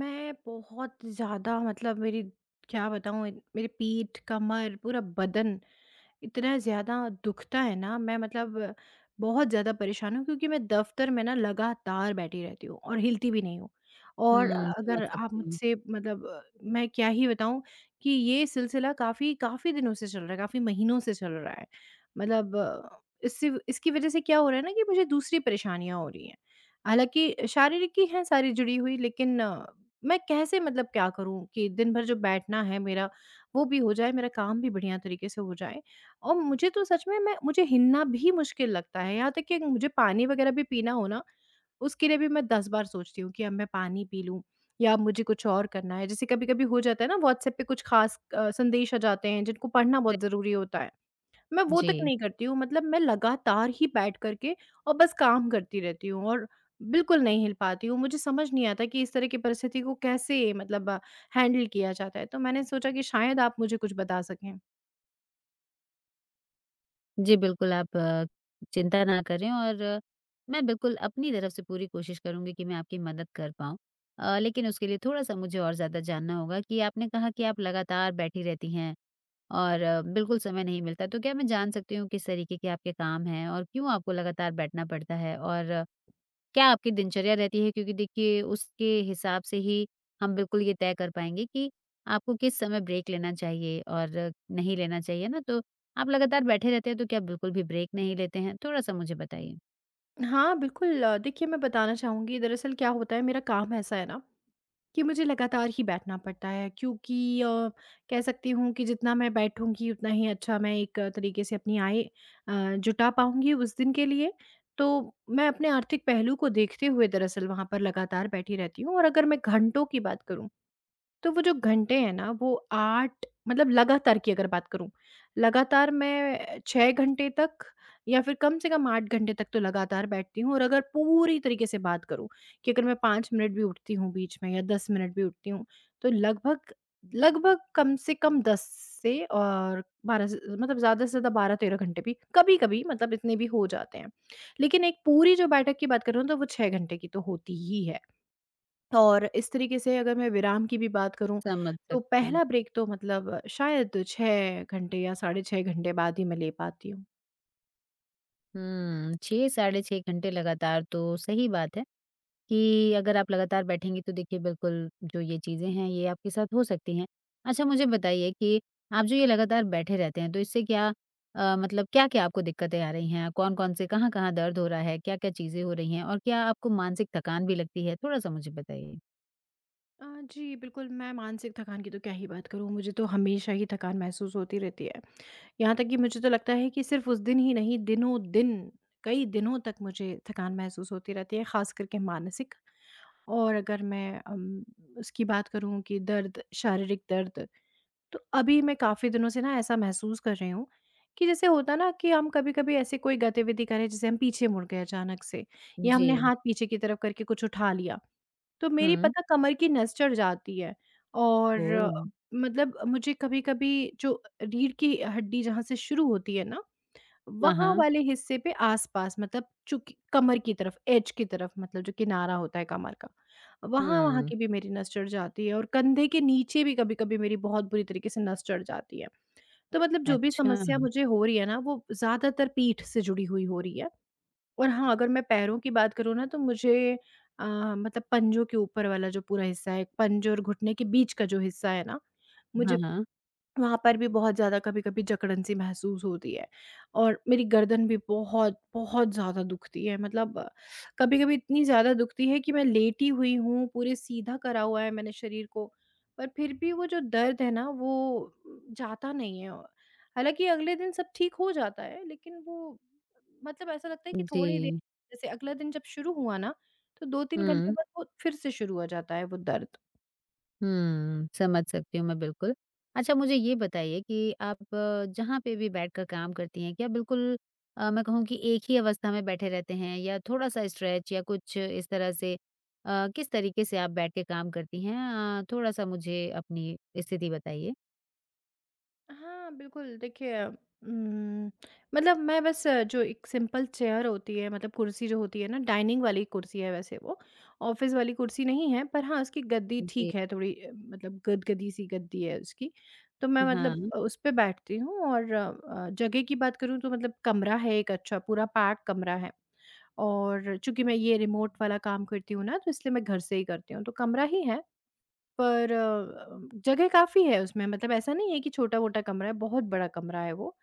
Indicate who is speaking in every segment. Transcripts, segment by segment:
Speaker 1: मैं बहुत ज़्यादा मतलब मेरी क्या बताऊँ मेरी पीठ कमर पूरा बदन इतना ज़्यादा दुखता है ना मैं मतलब बहुत ज़्यादा परेशान हूँ क्योंकि मैं दफ्तर में ना लगातार बैठी रहती हूँ और हिलती भी नहीं हूँ। और
Speaker 2: हुँ, समझ
Speaker 1: अगर आप
Speaker 2: सकती हूँ।
Speaker 1: मुझसे मतलब मैं क्या ही बताऊँ कि ये सिलसिला काफ़ी काफ़ी दिनों से चल रहा है काफ़ी महीनों से चल रहा है। मतलब इससे इसकी वजह से क्या हो रहा है ना कि मुझे दूसरी परेशानियां हो रही हैं। हालाँकि शारीरिक ही हैं सारी जुड़ी हुई, लेकिन मैं कैसे मतलब क्या करूँ कि दिन भर जो बैठना है मेरा, वो भी हो जाए, मेरा काम भी बढ़िया तरीके से हो जाए। और मुझे तो सच में मैं मुझे हिलना भी मुश्किल लगता है, यहाँ तक कि मुझे पानी वगैरह भी पीना हो ना, उसके लिए भी मैं 10 बार सोचती हूँ कि अब मैं पानी पी लूँ या अब मुझे कुछ और करना है। जैसे कभी-कभी हो जाता है ना व्हाट्सएप पे कुछ ख़ास संदेश आ जाते हैं जिनको पढ़ना बहुत
Speaker 2: सही।
Speaker 1: ज़रूरी होता है। मैं वो तक
Speaker 2: जी।
Speaker 1: नहीं करती हूँ, मतलब मैं लगातार ही बैठ करके और बस काम करती रहती हूँ और बिल्कुल नहीं हिल पाती हूँ। मुझे समझ नहीं आता कि इस तरह की परिस्थिति को कैसे मतलब हैंडल किया जाता है, तो मैंने सोचा कि शायद आप मुझे कुछ बता सकें।
Speaker 2: जी, बिल्कुल आप चिंता ना करें और मैं बिल्कुल अपनी तरफ से पूरी कोशिश करूँगी कि मैं आपकी मदद कर पाऊँ। लेकिन उसके लिए थोड़ा-सा मुझे और ज़्यादा जानना होगा कि आपने कहा कि आप लगातार बैठी रहती हैं और बिल्कुल समय नहीं मिलता। तो क्या मैं जान सकती हूँ किस तरीके के आपके काम हैं और क्यों आपको लगातार बैठना पड़ता है? और क्या आपकी दिनचर्या रहती है? क्योंकि देखिए उसके हिसाब से ही हम बिल्कुल ये तय कर पाएँगे कि आपको किस समय ब्रेक लेना चाहिए और नहीं लेना चाहिए ना, तो आप लगातार बैठे रहते हैं तो क्या बिल्कुल भी ब्रेक नहीं लेते हैं? थोड़ा-सा मुझे बताइए।
Speaker 1: हाँ, बिल्कुल देखिए, मैं बताना चाहूँगी दरअसल क्या होता है, मेरा काम ऐसा है ना कि मुझे लगातार ही बैठना पड़ता है, क्योंकि कह सकती हूँ कि जितना मैं बैठूँगी उतना ही अच्छा मैं एक तरीके से अपनी आय जुटा पाऊँगी उस दिन के लिए। तो मैं अपने आर्थिक पहलू को देखते हुए दरअसल वहाँ पर लगातार बैठी रहती हूँ और अगर मैं घंटों की बात करूँ, तो वो जो घंटे हैं ना वो 8 मतलब लगातार की अगर बात करूँ, लगातार मैं 6 घंटे तक या फिर कम से कम 8 घंटे तक तो लगातार बैठती हूँ और अगर पूरी तरीके से बात करूँ कि अगर मैं 5 मिनट भी उठती हूँ बीच में या 10 मिनट भी उठती हूँ, तो लगभग लगभग कम से कम 10 से और 12 से मतलब ज़्यादा से ज़्यादा 12-13 घंटे भी कभी-कभी मतलब इतने भी हो जाते हैं। लेकिन एक पूरी जो बैठक की बात करूँ तो वो 6 घंटे की तो होती ही है। और इस तरीके से अगर मैं विराम की भी बात करूँ,
Speaker 2: समझ
Speaker 1: तो
Speaker 2: सकती हूँ।
Speaker 1: पहला ब्रेक तो मतलब शायद 6 घंटे या साढ़े 6 घंटे बाद ही मैं ले पाती हूँ।
Speaker 2: हुँ, 6 साढ़े 6 घंटे लगातार तो सही बात है। कि अगर आप लगातार बैठेंगी तो देखिए बिल्कुल जो ये चीज़ें हैं ये आपके साथ हो सकती हैं। अच्छा मुझे बताइए कि आप जो ये लगातार बैठे रहते हैं तो इससे क्या मतलब क्या-क्या आपको दिक्कतें आ रही हैं? कौन-कौन से कहाँ-कहाँ दर्द हो रहा है? क्या-क्या चीज़ें हो रही हैं? और क्या आपको मानसिक थकान भी लगती है? थोड़ा-सा मुझे बताइए।
Speaker 1: अ, जी, बिल्कुल, मैं मानसिक थकान की तो क्या ही बात करूँ, मुझे तो हमेशा ही थकान महसूस होती रहती है। यहाँ तक कि मुझे तो लगता है कि सिर्फ़ उस दिन ही नहीं, दिनों-दिन, कई दिनों तक मुझे थकान महसूस होती रहती है, ख़ास करके मानसिक। और अगर मैं उसकी बात करूँ कि दर्द, शारीरिक दर्द, तो अभी मैं काफ़ी दिनों से ना ऐसा महसूस कर रही हूँ कि जैसे होता ना कि हम कभी-कभी ऐसे कोई गतिविधि करें, जैसे हम पीछे मुड़ गए अचानक से या
Speaker 2: जी।
Speaker 1: हमने हाथ पीछे की तरफ करके कुछ उठा लिया, तो मेरी
Speaker 2: हुँ।
Speaker 1: पता कमर की नस चढ़ जाती है और
Speaker 2: ओह!
Speaker 1: मतलब मुझे कभी-कभी जो रीढ़ की हड्डी जहाँ से शुरू होती है ना,
Speaker 2: हाँ,
Speaker 1: वहाँ
Speaker 2: हाँ।
Speaker 1: वाले हिस्से पे आस-पास मतलब चूँकि कमर की तरफ, एज की तरफ मतलब जो किनारा होता है कमर का, वहाँ वहाँ
Speaker 2: हुँ।
Speaker 1: की भी मेरी नस चढ़ जाती है और कंधे के नीचे भी कभी-कभी मेरी बहुत बुरी तरीके से नस चढ़ जाती है। तो मतलब जो भी
Speaker 2: अच्छा।
Speaker 1: समस्या मुझे हो रही है ना, वो ज़्यादातर पीठ से जुड़ी हुई हो रही है। और हाँ, अगर मैं पैरों की बात करूँ ना, तो मुझे अ, मतलब पंजों के ऊपर वाला जो पूरा हिस्सा है, पंजे और घुटने के बीच का जो हिस्सा है ना,
Speaker 2: हाँ,
Speaker 1: मुझे
Speaker 2: हाँ।
Speaker 1: वहाँ पर भी बहुत ज़्यादा कभी-कभी जकड़न-सी महसूस होती है और मेरी गर्दन भी बहुत, बहुत ज़्यादा दुखती है, मतलब कभी-कभी इतनी ज़्यादा दुखती है कि मैं लेटी हुई हूँ, पूरे सीधा करा हुआ है मैंने शरीर को, पर फिर भी वो जो दर्द है ना वो जाता नहीं है। हालाँकि अगले दिन सब ठीक हो जाता है, लेकिन वो मतलब ऐसा लगता है कि थोड़ी देर,
Speaker 2: जी।
Speaker 1: जैसे अगला दिन जब शुरू हुआ ना, तो 2-3 घंटे
Speaker 2: हुँ।
Speaker 1: बाद वो फिर से शुरू हो जाता है वो दर्द।
Speaker 2: हुँ, समझ सकती हूँ मैं बिल्कुल। अच्छा मुझे ये बताइए कि आप जहाँ पे भी बैठकर काम करती हैं, क्या बिल्कुल मैं कहूँ कि एक ही अवस्था में बैठे रहते हैं या थोड़ा-सा स्ट्रेच या कुछ इस तरह से किस तरीके से आप बैठ के काम करती हैं? थोड़ा-सा मुझे अपनी स्थिति बताइए।
Speaker 1: हाँ, बिल्कुल देखिए मतलब मैं बस जो एक सिंपल चेयर होती है, मतलब कुर्सी जो होती है ना, डाइनिंग वाली कुर्सी है वैसे वो, ऑफ़िस वाली कुर्सी नहीं है, पर हाँ, उसकी गद्दी
Speaker 2: जी।
Speaker 1: ठीक है थोड़ी, मतलब गदगदी सी गद्दी है उसकी। तो मैं मतलब
Speaker 2: हाँ,
Speaker 1: उस पे बैठती हूँ और जगह की बात करूँ तो मतलब कमरा है, एक अच्छा पूरा पैक कमरा है। और चूँकि मैं ये रिमोट वाला काम करती हूँ ना, तो इसलिए मैं घर से ही करती हूँ, तो कमरा ही है। पर जगह काफ़ी है उसमें, मतलब ऐसा नहीं है कि छोटा-मोटा कमरा है, बहुत बड़ा कमरा है वो।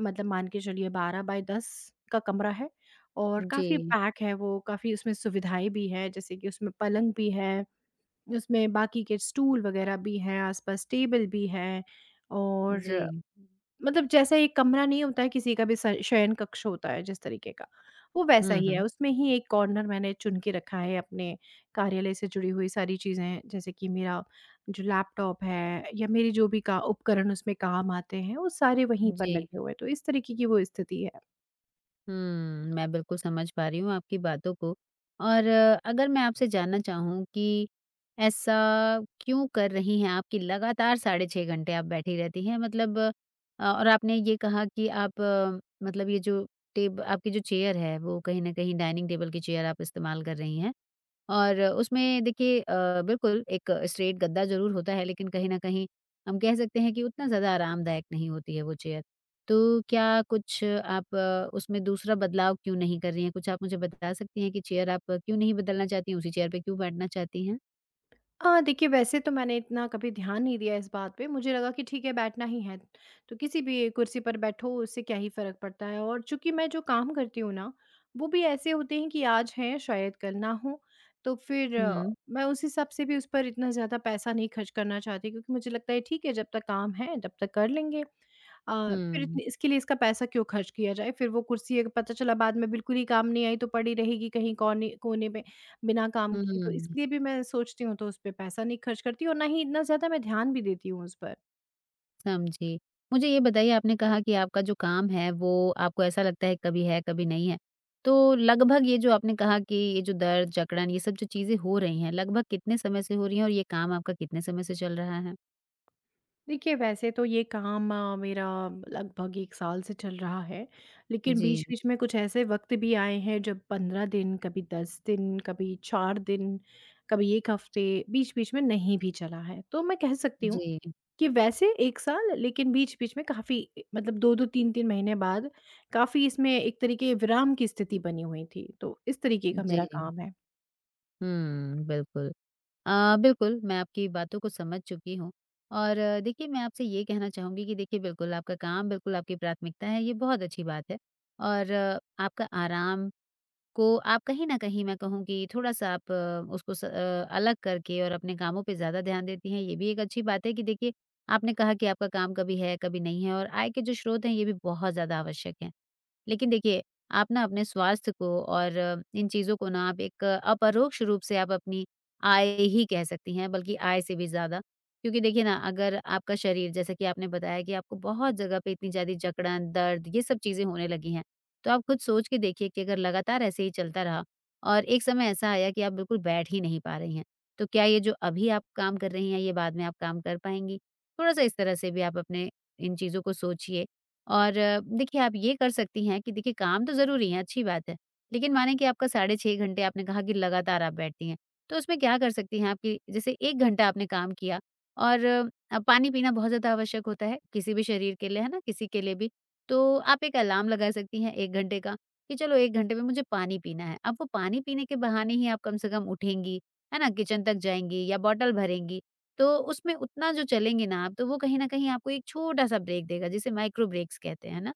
Speaker 1: मतलब मान के चलिए 12 बाय 10 का कमरा है और काफ़ी
Speaker 2: जी,
Speaker 1: पैक है वो, काफ़ी उसमें सुविधाएँ भी हैं, जैसे कि उसमें पलंग भी है, उसमें बाकी के स्टूल वगैरह भी हैं, आस-पास टेबल भी हैं
Speaker 2: जी।
Speaker 1: और मतलब जैसा एक कमरा नहीं होता है किसी का भी, स शयन कक्ष होता है जिस तरीके का, वो वैसा
Speaker 2: हुँ,
Speaker 1: ही है।
Speaker 2: हुँ।
Speaker 1: उसमें ही एक कॉर्नर मैंने चुन के रखा है अपने कार्यालय से जुड़ी हुई सारी चीज़ें, जैसे कि मेरा जो लैपटॉप है या मेरे जो भी का उपकरण उसमें काम आते हैं, वो सारे वहीं पर
Speaker 2: जी।
Speaker 1: लगे हुए हैं। तो इस तरीके की वो स्थिति है।
Speaker 2: हुँ, मैं बिल्कुल समझ पा रही हूँ आपकी बातों को और अगर मैं आपसे जानना चाहूँ कि ऐसा क्यों कर रही हैं? आपकी लगातार साढ़े 6 घंटे आप बैठी रहती हैं मतलब और आपने ये कहा कि आप मतलब ये जो टेब आपकी जो चेयर है, वो कहीं न कहीं डाइनिंग टेबल की चेयर आप इस्तेमाल कर रही हैं। और उसमें देखिए बिल्कुल एक स्ट्रेट गद्दा ज़रूर होता है, लेकिन कहीं न कहीं हम कह सकते हैं कि उतना ज़्यादा आरामदायक नहीं होती है वो चेयर। तो क्या कुछ आप उसमें दूसरा बदलाव क्यों नहीं कर रही हैं? कुछ आप मुझे बता सकती हैं कि चेयर आप क्यों नहीं बदलना चाहती हैं, उसी चेयर पे क्यों बैठना चाहती हैं?
Speaker 1: हाँ, देखिए वैसे तो मैंने इतना कभी ध्यान नहीं दिया इस बात पे, मुझे लगा कि ठीक है बैठना ही है, तो किसी भी कुर्सी पर बैठो उससे क्या ही फ़र्क पड़ता है, और चूँकि मैं जो काम करती हूँ ना, वो भी ऐसे होते हैं कि आज हैं शायद कल ना हो, तो फिर
Speaker 2: हुँ,
Speaker 1: मैं उस हिसाब से भी उस पर इतना ज़्यादा पैसा नहीं खर्च करना चाहती, क्योंकि मुझे लगता है ठीक है जब तक काम है तब तक कर लेंगे। फिर
Speaker 2: हुँ,
Speaker 1: इतने इसके लिए इसका पैसा क्यों खर्च किया जाए? फिर वो कुर्सी अगर पता चला बाद में बिल्कुल ही काम नहीं आई तो पड़ी रहेगी कहीं कोने कोने में। बिना काम किए, तो
Speaker 2: हुँ।
Speaker 1: इसलिए भी मैं सोचती हूँ तो उस पे पैसा नहीं खर्च करती और ना ही इतना ज़्यादा मैं ध्यान भी देती हूँ उस पर।
Speaker 2: समझी। मुझे ये बताइए आपने कहा कि आपका जो काम है वो आपको ऐसा लगता है कभी नहीं है। तो लगभग ये जो आपने कहा कि ये जो दर्द, जकड़न ये सब जो चीज़ें हो रही हैं लगभग कितने समय से हो रही हैं और ये काम आपका कितने समय से चल रहा है?
Speaker 1: देखिए वैसे तो ये काम मेरा लगभग 1 साल से चल रहा है, लेकिन
Speaker 2: जी,
Speaker 1: बीच-बीच में कुछ ऐसे वक़्त भी आए हैं जब 15 दिन, कभी 10 दिन, कभी 4 दिन, कभी 1 हफ़्ते, बीच-बीच में नहीं भी चला है। तो मैं कह सकती हूँ
Speaker 2: जी,
Speaker 1: कि वैसे 1 साल, लेकिन बीच-बीच में काफ़ी मतलब 2-2 3-3 महीने बाद काफ़ी इसमें एक तरीके विराम की स्थिति बनी हुई थी। तो इस तरीके का मेरा
Speaker 2: जी।
Speaker 1: काम है।
Speaker 2: हुँ, बिल्कुल। बिल्कुल मैं आपकी बातों को समझ चुकी हूँ और देखिए मैं आपसे ये कहना चाहूँगी कि देखिए बिल्कुल आपका काम बिल्कुल आपकी प्राथमिकता है ये बहुत अच्छी बात है और आपका आराम को आप कहीं न कहीं मैं कहूँ कि थोड़ा-सा आप उसको अलग करके और अपने कामों पे ज़्यादा ध्यान देती हैं, ये भी एक अच्छी बात है कि देखिए आपने कहा कि आपका काम कभी है, कभी नहीं है और आय के जो स्रोत हैं, ये भी बहुत ज़्यादा आवश्यक हैं। लेकिन देखिए, आप ना अपने स्वास्थ्य को और इन चीज़ों को ना आप एक अपरोक्ष रूप से आप अपनी आय ही कह सकती हैं, बल्कि आय से भी ज़्यादा। क्योंकि देखिए ना, अगर आपका शरीर जैसा कि आपने बताया कि आपको बहुत जगह पे इतनी ज़्यादा जकड़न, दर्द ये सब चीज़ें होने लगी हैं। तो आप खुद सोच के देखिए कि अगर लगातार ऐसे ही चलता रहा और एक समय ऐसा आया कि आप बिल्कुल बैठ ही नहीं पा रही हैं, तो क्या ये जो अभी आप काम कर रही हैं, ये बाद में आप काम कर पाएँगी? थोड़ा-सा इस तरह से भी आप अपने इन चीज़ों को सोचिए और देखिए, आप ये कर सकती हैं कि देखिए काम तो ज़रूरी है, अच्छी बात है, लेकिन माने कि आपका साढ़े 6 घंटे आपने कहा कि लगातार आप बैठती हैं, तो उसमें क्या कर सकती हैं आप कि जैसे 1 घंटा आपने काम किया और पानी पीना बहुत ज़्यादा आवश्यक होता है, किसी भी शरीर के लिए, है ना? किसी के लिए भी तो आप एक अलार्म लगा सकती हैं 1 घंटे का कि चलो 1 घंटे में मुझे पानी पीना है। अब वो पानी पीने के बहाने ही आप कम से कम उठेंगी, है ना? किचन तक जाएँगी या बॉटल भरेंगी। तो उसमें उतना जो चलेंगी ना आप, तो वो कहीं न कहीं आपको एक छोटा-सा ब्रेक देगा जिसे माइक्रो ब्रेक्स कहते हैं, है ना?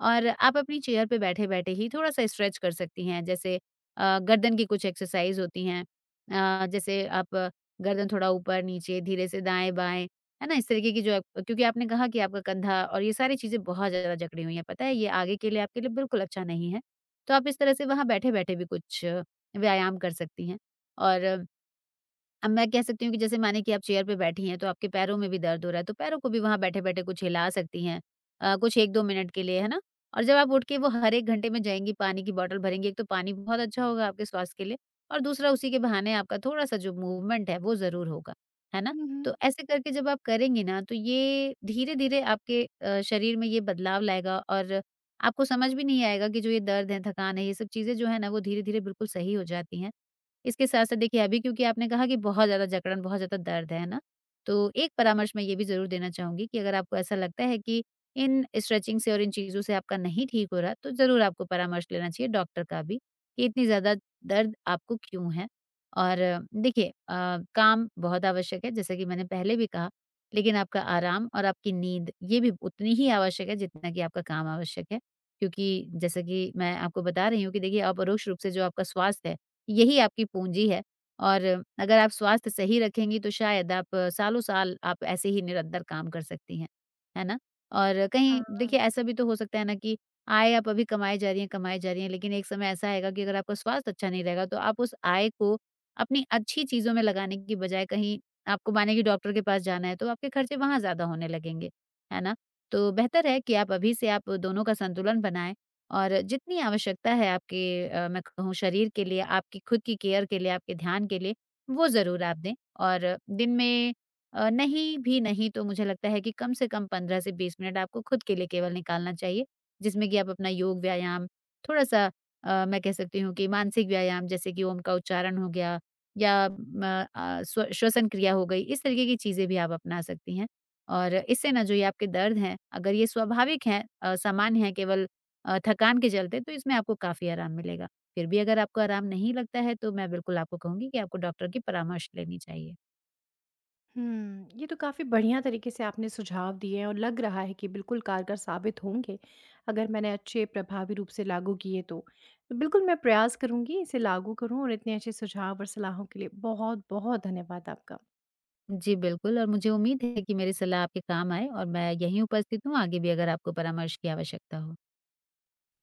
Speaker 2: और आप अपनी चेयर पे बैठे-बैठे ही थोड़ा-सा स्ट्रेच कर सकती हैं जैसे गर्दन की कुछ एक्सरसाइज़ होती हैं। जैसे आप गर्दन थोड़ा ऊपर-नीचे धीरे से दाएँ-बाएँ, है ना? इस तरीके की जो आप क्योंकि आपने कहा कि आपका कंधा और ये सारी चीज़ें बहुत ज़्यादा जकड़ी हुई हैं, पता है ये आगे के लिए आपके लिए बिल्कुल अच्छा नहीं है। तो आप इस तरह से वहाँ बैठे-बैठे भी कुछ व्यायाम कर सकती हैं और अब मैं कह सकती हूँ कि जैसे माने कि आप चेयर पे बैठी हैं, तो आपके पैरों में भी दर्द हो रहा है, तो पैरों को भी वहाँ बैठे-बैठे कुछ हिला सकती हैं कुछ 1-2 मिनट के लिए, है ना? और जब आप उठ के वो हर 1 घंटे में जाएँगी, पानी की बॉटल भरेंगी, एक तो पानी बहुत अच्छा होगा आपके स्वास्थ्य के लिए और दूसरा उसी के बहाने आपका थोड़ा-सा जो मूवमेंट है, वो ज़रूर होगा, है ना?
Speaker 1: हुँ, हुँ।
Speaker 2: तो ऐसे करके जब आप करेंगी ना, तो ये धीरे-धीरे आपके शरीर में ये बदलाव लाएगा और आपको समझ भी नहीं आएगा कि जो ये दर्द है, थकान है, ये सब चीज़ें जो है ना, वो धीरे-धीरे बिल्कुल सही हो जाती हैं। इसके साथ-साथ देखिए अभी क्योंकि आपने कहा कि बहुत ज़्यादा जकड़न, बहुत ज़्यादा दर्द है ना? तो एक परामर्श मैं ये भी ज़रूर देना चाहूँगी कि अगर आपको ऐसा लगता है कि इन स्ट्रेचिंग से और इन चीज़ों से आपका नहीं ठीक हो रहा, तो ज़रूर आपको परामर्श लेना चाहिए डॉक्टर का भी कि इतनी ज़्यादा दर्द आपको क्यों है। और देखिए काम बहुत आवश्यक है जैसे कि मैंने पहले भी कहा, लेकिन आपका आराम और आपकी नींद ये भी उतनी ही आवश्यक है जितना कि आपका काम आवश्यक है। क्योंकि जैसे कि मैं आपको बता रही हूँ कि देखिए अपरोक्ष रूप से जो आपका स्वास्थ्य है यही आपकी पूँजी है और अगर आप स्वास्थ्य सही रखेंगी तो शायद आप सालों-साल आप ऐसे ही निरंतर काम कर सकती हैं, है ना? और कहीं
Speaker 1: हाँ।
Speaker 2: देखिए ऐसा भी तो हो सकता है ना कि आय आप अभी कमाए जा रही हैं, कमाए जा रही हैं लेकिन एक समय ऐसा आएगा कि अगर आपका स्वास्थ्य अच्छा नहीं रहेगा तो आप उस आय को अपनी अच्छी चीज़ों में लगाने की बजाय कहीं आपको माने कि डॉक्टर के पास जाना है तो आपके खर्चे वहाँ ज़्यादा होने लगेंगे, है ना? तो बेहतर है कि आप अभी से आप दोनों का संतुलन बनाएँ। और जितनी आवश्यकता है आपके मैं कहूँ शरीर के लिए, आपकी खुद की केयर के लिए, आपके ध्यान के लिए, वो ज़रूर आप दें। और दिन में नहीं भी नहीं तो मुझे लगता है कि कम से कम 15 से 20 मिनट आपको खुद के लिए केवल निकालना चाहिए, जिसमें कि आप अपना योग व्यायाम, थोड़ा-सा मैं कह सकती हूँ कि मानसिक व्यायाम जैसे कि ओम का उच्चारण हो गया या स्व श्वसन क्रिया हो गई, इस तरीके की चीज़ें भी आप अपना सकती हैं। और इससे ना जो ये आपके दर्द हैं, अगर ये स्वाभाविक हैं सामान्य हैं केवल थकान के चलते, तो इसमें आपको काफ़ी आराम मिलेगा। फिर भी अगर आपको आराम नहीं लगता है, तो मैं बिल्कुल आपको कहूँगी कि आपको डॉक्टर की परामर्श लेनी चाहिए।
Speaker 1: हुँ, ये तो काफ़ी बढ़िया तरीके से आपने सुझाव दिए हैं और लग रहा है कि बिल्कुल कारगर साबित होंगे, अगर मैंने अच्छे प्रभावी रूप से लागू किए तो। तो बिल्कुल मैं प्रयास करूँगी इसे लागू करूँ और इतने अच्छे सुझाव और सलाहों के लिए बहुत-बहुत धन्यवाद आपका।
Speaker 2: जी, बिल्कुल और मुझे उम्मीद है कि मेरी सलाह आपके काम आए और मैं यहीं उपस्थित हूँ, आगे भी अगर आपको परामर्श की आवश्यकता हो।